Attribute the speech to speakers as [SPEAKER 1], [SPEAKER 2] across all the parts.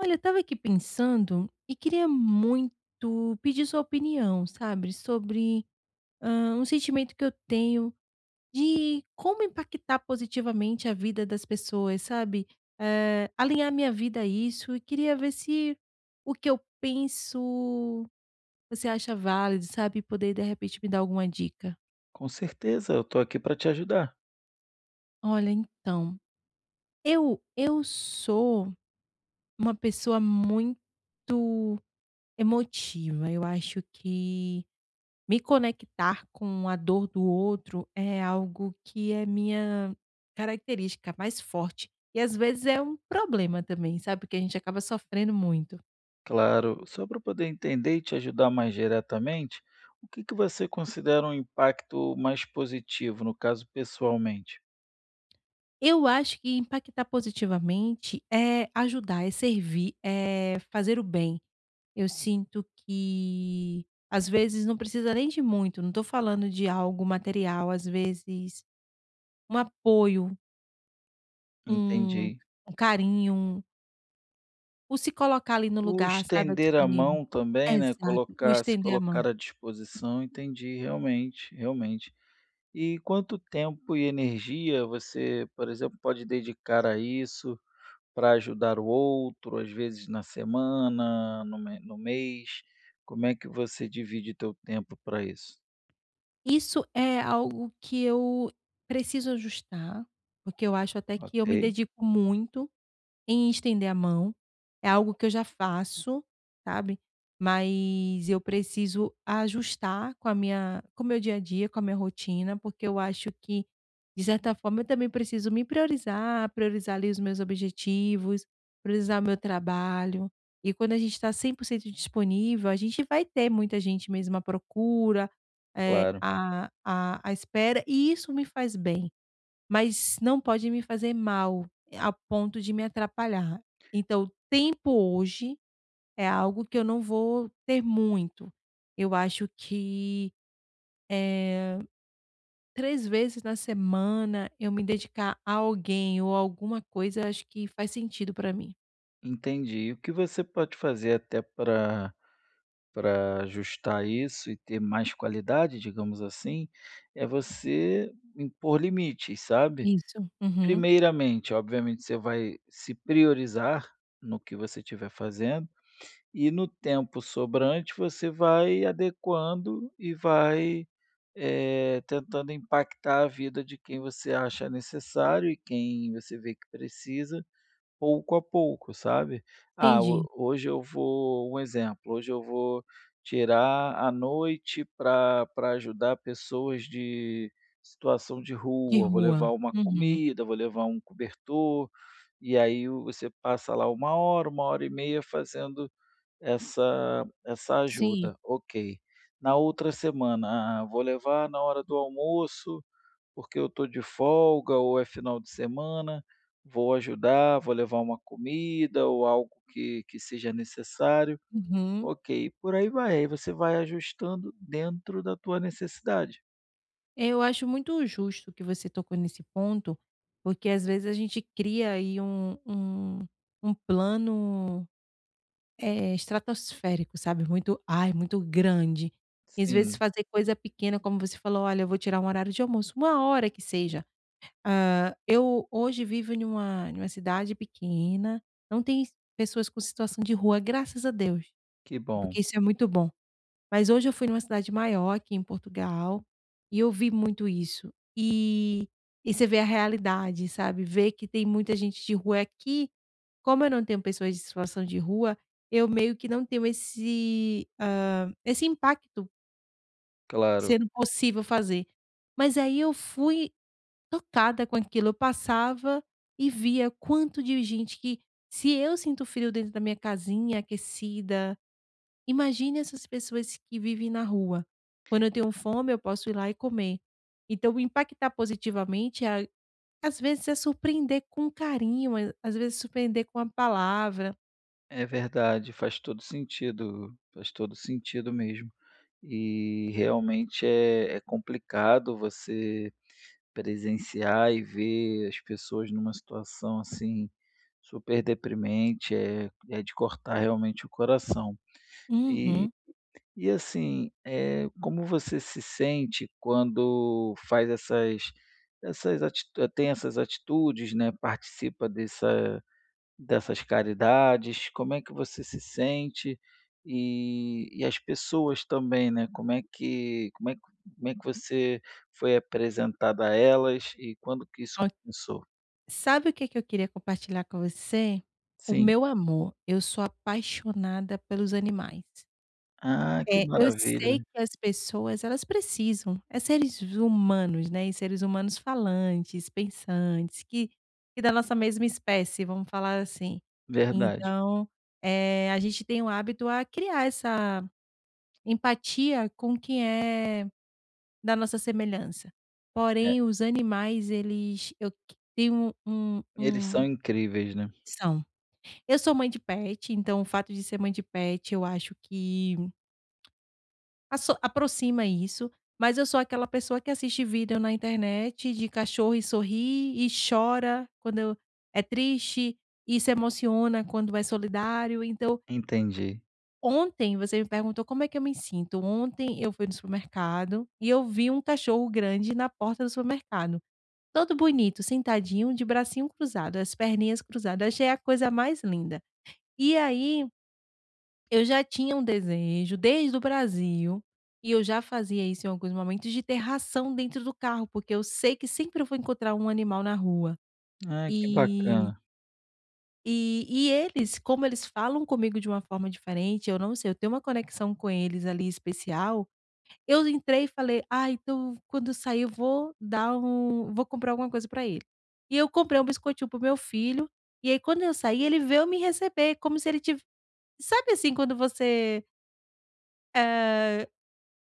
[SPEAKER 1] Olha, eu estava aqui pensando e queria muito pedir sua opinião, sabe, sobre, um sentimento que eu tenho de como impactar positivamente a vida das pessoas, sabe, alinhar minha vida a isso e queria ver se o que eu penso você acha válido, sabe, poder de repente me dar alguma dica.
[SPEAKER 2] Com certeza, eu estou aqui para te ajudar.
[SPEAKER 1] Olha, então, eu sou uma pessoa muito emotiva, eu acho que me conectar com a dor do outro é algo que é minha característica mais forte e às vezes é um problema também, sabe, porque a gente acaba sofrendo muito.
[SPEAKER 2] Claro, só para poder entender e te ajudar mais diretamente, o que que você considera um impacto mais positivo, no caso pessoalmente?
[SPEAKER 1] Eu acho que impactar positivamente é ajudar, é servir, é fazer o bem. Eu sinto que às vezes não precisa nem de muito, não estou falando de algo material, às vezes um apoio, um
[SPEAKER 2] Entendi.
[SPEAKER 1] um carinho, o se colocar ali no
[SPEAKER 2] O
[SPEAKER 1] lugar, sabe, é
[SPEAKER 2] estender a
[SPEAKER 1] disponível.
[SPEAKER 2] mão também, né,
[SPEAKER 1] Exato, o
[SPEAKER 2] colocar se
[SPEAKER 1] estender a mão.
[SPEAKER 2] colocar à disposição, entendi, realmente, realmente. E quanto tempo e energia você, por exemplo, pode dedicar a isso? Para ajudar o outro, às vezes na semana, no mês, como é que você divide teu tempo para isso?
[SPEAKER 1] Isso é algo que eu preciso ajustar, porque eu acho até que eu
[SPEAKER 2] Ok,
[SPEAKER 1] me dedico muito em estender a mão, é algo que eu já faço, sabe, mas eu preciso ajustar com a minha com o meu dia a dia, com a minha rotina, porque eu acho que, de certa forma, eu também preciso me priorizar, priorizar ali os meus objetivos, priorizar o meu trabalho. E quando a gente está 100% disponível, a gente vai ter muita gente mesmo à procura, eh,
[SPEAKER 2] claro.
[SPEAKER 1] à à à espera, e isso me faz bem. Mas não pode me fazer mal, a ponto de me atrapalhar. Então, o tempo hoje é algo que eu não vou ter muito. Eu acho que, eh, 3 vezes na semana eu me dedicar a alguém ou alguma coisa, acho que faz sentido para mim.
[SPEAKER 2] Entendi. E o que você pode fazer até para ajustar isso e ter mais qualidade, digamos assim, é você impor limites, sabe.
[SPEAKER 1] Isso. Uhum.
[SPEAKER 2] Primeiramente, obviamente, você vai se priorizar no que você estiver fazendo, e no tempo sobrante você vai adequando e vai tentando impactar a vida de quem você acha necessário e quem você vê que precisa, pouco a pouco, sabe? Ah,
[SPEAKER 1] Entendi.
[SPEAKER 2] hoje eu vou, um exemplo, hoje eu vou tirar a noite para ajudar pessoas de situação de
[SPEAKER 1] De
[SPEAKER 2] rua, vou levar
[SPEAKER 1] rua.
[SPEAKER 2] uma
[SPEAKER 1] Uhum.
[SPEAKER 2] comida, vou levar um cobertor, e aí você passa lá uma hora e meia fazendo essa
[SPEAKER 1] Sim.
[SPEAKER 2] ajuda. Ok. Na outra semana, ah, vou levar na hora do almoço, porque eu estou de folga ou é final de semana, vou ajudar, vou levar uma comida ou algo que seja necessário.
[SPEAKER 1] Uhum.
[SPEAKER 2] Ok, por aí vai. Aí você vai ajustando dentro da tua necessidade.
[SPEAKER 1] É, eu acho muito justo que você tocou nesse ponto, porque às vezes a gente cria aí um plano estratosférico, sabe? Muito, ai, muito grande. E às vezes
[SPEAKER 2] Sim,
[SPEAKER 1] fazer coisa pequena, como você falou, olha, eu vou tirar um horário de almoço, uma hora que seja. Ah, eu hoje vivo em uma cidade pequena, não tem pessoas com situação de rua, graças a Deus,
[SPEAKER 2] que bom.
[SPEAKER 1] porque isso é muito bom. Mas hoje eu fui numa cidade maior aqui em Portugal, e eu vi muito isso. E você vê a realidade, sabe, vê que tem muita gente de rua. Aqui, como eu não tenho pessoas de situação de rua, eu meio que não tenho esse, esse impacto
[SPEAKER 2] Claro,
[SPEAKER 1] sendo possível fazer. Mas aí eu fui tocada com aquilo, eu passava e via quanto de gente que se eu sinto frio dentro da minha casinha aquecida. Imagine essas pessoas que vivem na rua. Quando eu tenho fome, eu posso ir lá e comer. Então, impactar positivamente, é, às vezes, é surpreender com carinho, é, às vezes, surpreender com a palavra.
[SPEAKER 2] é verdade, faz todo sentido mesmo. E realmente é complicado você presenciar e ver as pessoas numa situação, assim, super deprimente é de cortar realmente o coração. E
[SPEAKER 1] Uhum.
[SPEAKER 2] e assim, é como você se sente quando faz essas essas ati tem essas atitudes, né, participa dessa, dessas caridades, como é que você se sente? E e as pessoas também, né, como é que como é que como é que você foi apresentada a elas e quando que isso
[SPEAKER 1] Ó,
[SPEAKER 2] começou?
[SPEAKER 1] sabe o que, que eu queria compartilhar com você? O
[SPEAKER 2] Sim.
[SPEAKER 1] meu amor. Eu sou apaixonada pelos animais.
[SPEAKER 2] Ah, que
[SPEAKER 1] É, eu
[SPEAKER 2] maravilha.
[SPEAKER 1] sei que as pessoas elas precisam, é seres humanos, né, e seres humanos falantes, pensantes, que da nossa mesma espécie, vamos falar assim.
[SPEAKER 2] Verdade.
[SPEAKER 1] Então, a gente tem o hábito a criar essa empatia com quem é da nossa semelhança.
[SPEAKER 2] É,
[SPEAKER 1] Porém, os animais eles eu q tenho um um
[SPEAKER 2] eles são
[SPEAKER 1] um,
[SPEAKER 2] incríveis, né.
[SPEAKER 1] são. Eu sou mãe de pet, então o fato de ser mãe de pet eu acho que Asso aproxima isso, mas eu sou aquela pessoa que assiste vídeo na internet de cachorro e sorri e chora quando é triste e se emociona quando é solidário. Então,
[SPEAKER 2] Entendi.
[SPEAKER 1] ontem você me perguntou como é que eu me sinto. Ontem eu fui no supermercado e eu vi um cachorro grande na porta do supermercado, todo bonito, sentadinho, de bracinho cruzado, as perninhas cruzadas. Achei a coisa mais linda. E aí eu já tinha um desejo desde o Brasil, e eu já fazia isso em alguns momentos, de ter ração dentro do carro, porque eu sei que sempre eu vou encontrar um animal na rua.
[SPEAKER 2] Ah, que
[SPEAKER 1] E
[SPEAKER 2] bacana.
[SPEAKER 1] e eles, como eles falam comigo de uma forma diferente, eu não sei, eu tenho uma conexão com eles ali especial, eu entrei e falei: "Ah, então quando eu sair eu vou dar um vou comprar alguma coisa para ele". E eu comprei um biscoitinho pro meu filho, e aí quando eu saí ele veio me receber, como se ele tivesse, sabe assim quando você, eh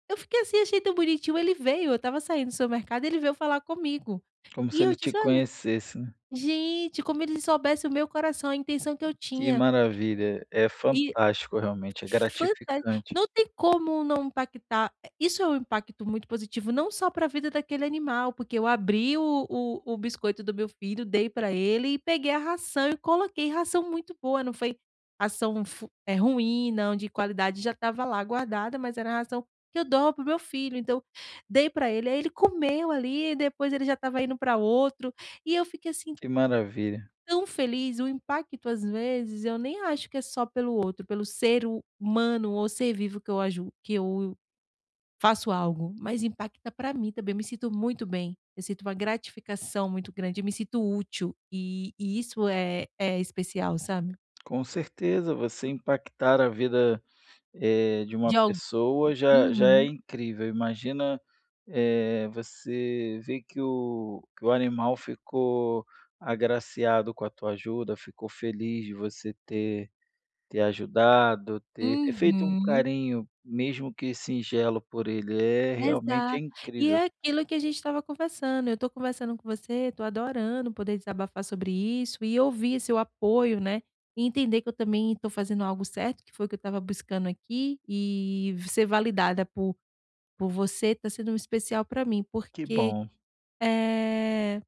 [SPEAKER 1] eu fiquei assim, achei tão bonitinho, ele veio, eu estava saindo do supermercado, ele veio falar comigo.
[SPEAKER 2] Como
[SPEAKER 1] E
[SPEAKER 2] se
[SPEAKER 1] eu
[SPEAKER 2] ele te
[SPEAKER 1] disse: "Olha,
[SPEAKER 2] conhecesse, né.
[SPEAKER 1] gente, como ele soubesse o meu coração, a intenção que eu
[SPEAKER 2] Que
[SPEAKER 1] tinha".
[SPEAKER 2] maravilha, é
[SPEAKER 1] E
[SPEAKER 2] fantástico realmente, é
[SPEAKER 1] fantástico.
[SPEAKER 2] gratificante.
[SPEAKER 1] Não tem como não impactar, isso é um impacto muito positivo, não só para a vida daquele animal, porque eu abri o biscoito do meu filho, dei para ele e peguei a ração e coloquei ração muito boa, não foi ração ruim não, de qualidade, já estava lá guardada, mas era a ração que eu dou para o meu filho, então dei para ele, aí ele comeu ali e depois ele já estava indo para outro, e eu fiquei assim
[SPEAKER 2] Que maravilha.
[SPEAKER 1] tão feliz, o impacto às vezes eu nem acho que é só pelo outro, pelo ser humano ou ser vivo que eu aju que eu faço algo, mas impacta para mim também, eu me sinto muito bem, eu sinto uma gratificação muito grande, eu me sinto útil e isso é especial, sabe?
[SPEAKER 2] Com certeza, você impactar a vida, eh, de uma
[SPEAKER 1] De al
[SPEAKER 2] pessoa já já é
[SPEAKER 1] Uhum,
[SPEAKER 2] incrível, imagina, você ver que o animal ficou agraciado com a tua ajuda, ficou feliz de você ter ajudado, ter feito um
[SPEAKER 1] uhum.
[SPEAKER 2] carinho, mesmo que singelo, por ele, é realmente é
[SPEAKER 1] Exato. E
[SPEAKER 2] incrível.
[SPEAKER 1] é aquilo que a gente estava conversando, eu estou conversando com você, estou adorando poder desabafar sobre isso e ouvir seu apoio, né, e entender que eu também estou fazendo algo certo, que foi o que eu estava buscando aqui, e ser validada por você está sendo um especial para mim,
[SPEAKER 2] Que
[SPEAKER 1] porque,
[SPEAKER 2] bom.
[SPEAKER 1] eh,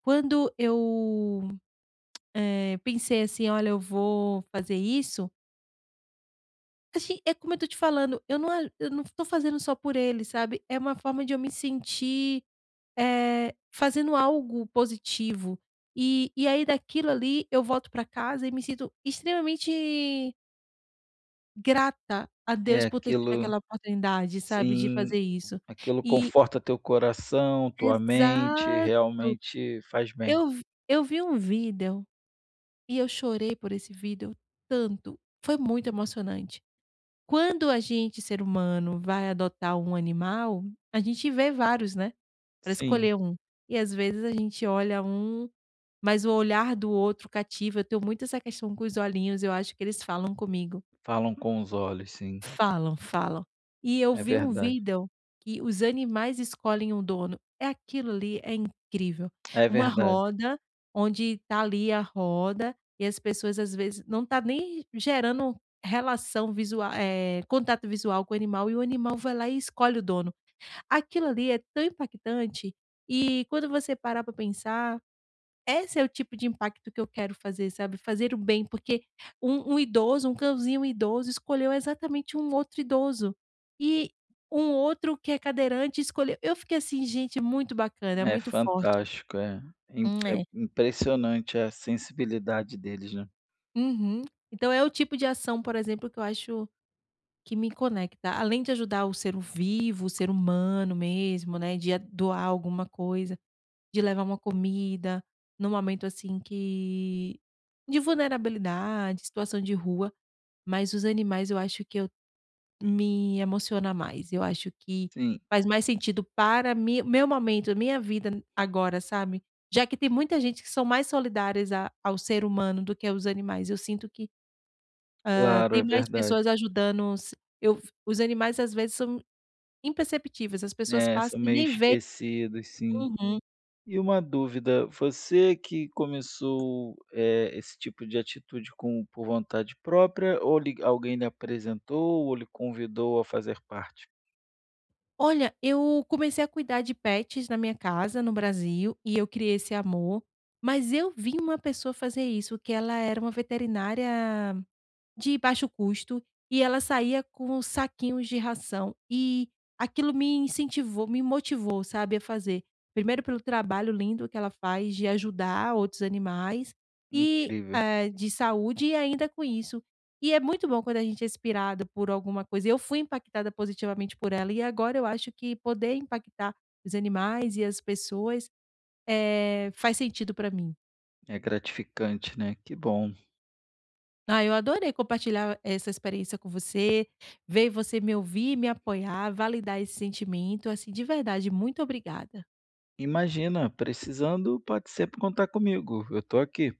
[SPEAKER 1] quando eu, pensei assim: "Olha, eu vou fazer isso", assim, é como eu tô te falando, eu não estou fazendo só por ele, sabe, é uma forma de eu me sentir, fazendo algo positivo. E aí daquilo ali eu volto para casa e me sinto extremamente grata a Deus
[SPEAKER 2] É,
[SPEAKER 1] por ter tido
[SPEAKER 2] aquilo
[SPEAKER 1] aquela oportunidade, sabe, de
[SPEAKER 2] sim,
[SPEAKER 1] fazer isso.
[SPEAKER 2] aquilo
[SPEAKER 1] E
[SPEAKER 2] conforta teu coração, tua mente,
[SPEAKER 1] exato.
[SPEAKER 2] realmente faz bem.
[SPEAKER 1] Eu v eu vi um vídeo e eu chorei por esse vídeo tanto, foi muito emocionante. Quando a gente, ser humano, vai adotar um animal, a gente vê vários, né, para
[SPEAKER 2] Sim,
[SPEAKER 1] escolher um. E às vezes a gente olha um, mas o olhar do outro cativa, eu tenho muito essa questão com os olhinhos, eu acho que eles falam comigo.
[SPEAKER 2] falam com os olhos, sim.
[SPEAKER 1] Falam, falam. E eu
[SPEAKER 2] É
[SPEAKER 1] vi um
[SPEAKER 2] verdade,
[SPEAKER 1] vídeo que os animais escolhem um dono. É aquilo ali, é incrível.
[SPEAKER 2] é
[SPEAKER 1] Uma
[SPEAKER 2] verdade,
[SPEAKER 1] roda, onde tá ali a roda, e as pessoas às vezes não tá nem gerando relação visual, contato visual com o animal, e o animal vai lá e escolhe o dono. Aquilo ali é tão impactante, e quando você parar para pensar esse é o tipo de impacto que eu quero fazer, sabe, fazer o bem, porque um idoso, um cãozinho idoso escolheu exatamente um outro idoso, e um outro que é cadeirante escolheu, eu fiquei assim: "Gente, é muito bacana, é
[SPEAKER 2] é
[SPEAKER 1] muito forte".
[SPEAKER 2] fantástico, é im é
[SPEAKER 1] É.
[SPEAKER 2] impressionante a sensibilidade deles, né.
[SPEAKER 1] Uhum. Então é o tipo de ação, por exemplo, que eu acho que me conecta, além de ajudar o ser vivo, o ser humano mesmo, né, de a doar alguma coisa, de levar uma comida, num momento assim que de vulnerabilidade, situação de rua. Mas os animais eu acho que eu me emociona mais, eu acho que
[SPEAKER 2] Sim,
[SPEAKER 1] faz mais sentido para mi meu momento, minha vida agora, sabe. Já que tem muita gente que são mais solidárias a ao ser humano do que aos animais, eu sinto que,
[SPEAKER 2] claro,
[SPEAKER 1] tem
[SPEAKER 2] é
[SPEAKER 1] mais
[SPEAKER 2] verdade.
[SPEAKER 1] pessoas ajudando s eu os animais às vezes são imperceptíveis, as pessoas
[SPEAKER 2] É,
[SPEAKER 1] passam
[SPEAKER 2] são
[SPEAKER 1] e
[SPEAKER 2] meio
[SPEAKER 1] nem veem.
[SPEAKER 2] esquecidos, sim.
[SPEAKER 1] Uhum.
[SPEAKER 2] E uma dúvida, você que começou, esse tipo de atitude com por vontade própria ou lhe alguém lhe apresentou ou lhe convidou a fazer parte?
[SPEAKER 1] Olha, eu comecei a cuidar de pets na minha casa, no Brasil, e eu criei esse amor, mas eu vi uma pessoa fazer isso, que ela era uma veterinária de baixo custo, e ela saía com saquinhos de ração, e aquilo me incentivou, me motivou, sabe, a fazer. Primeiro pelo trabalho lindo que ela faz de ajudar outros animais e,
[SPEAKER 2] Incrível,
[SPEAKER 1] de saúde e ainda com isso. E é muito bom quando a gente é inspirado por alguma coisa. Eu fui impactada positivamente por ela e agora eu acho que poder impactar os animais e as pessoas, faz sentido para mim.
[SPEAKER 2] é gratificante, né, que bom.
[SPEAKER 1] Ah, eu adorei compartilhar essa experiência com você, ver você me ouvir, me apoiar, validar esse sentimento, assim, de verdade, muito obrigada.
[SPEAKER 2] Imagina, precisando pode sempre contar comigo, eu estou aqui.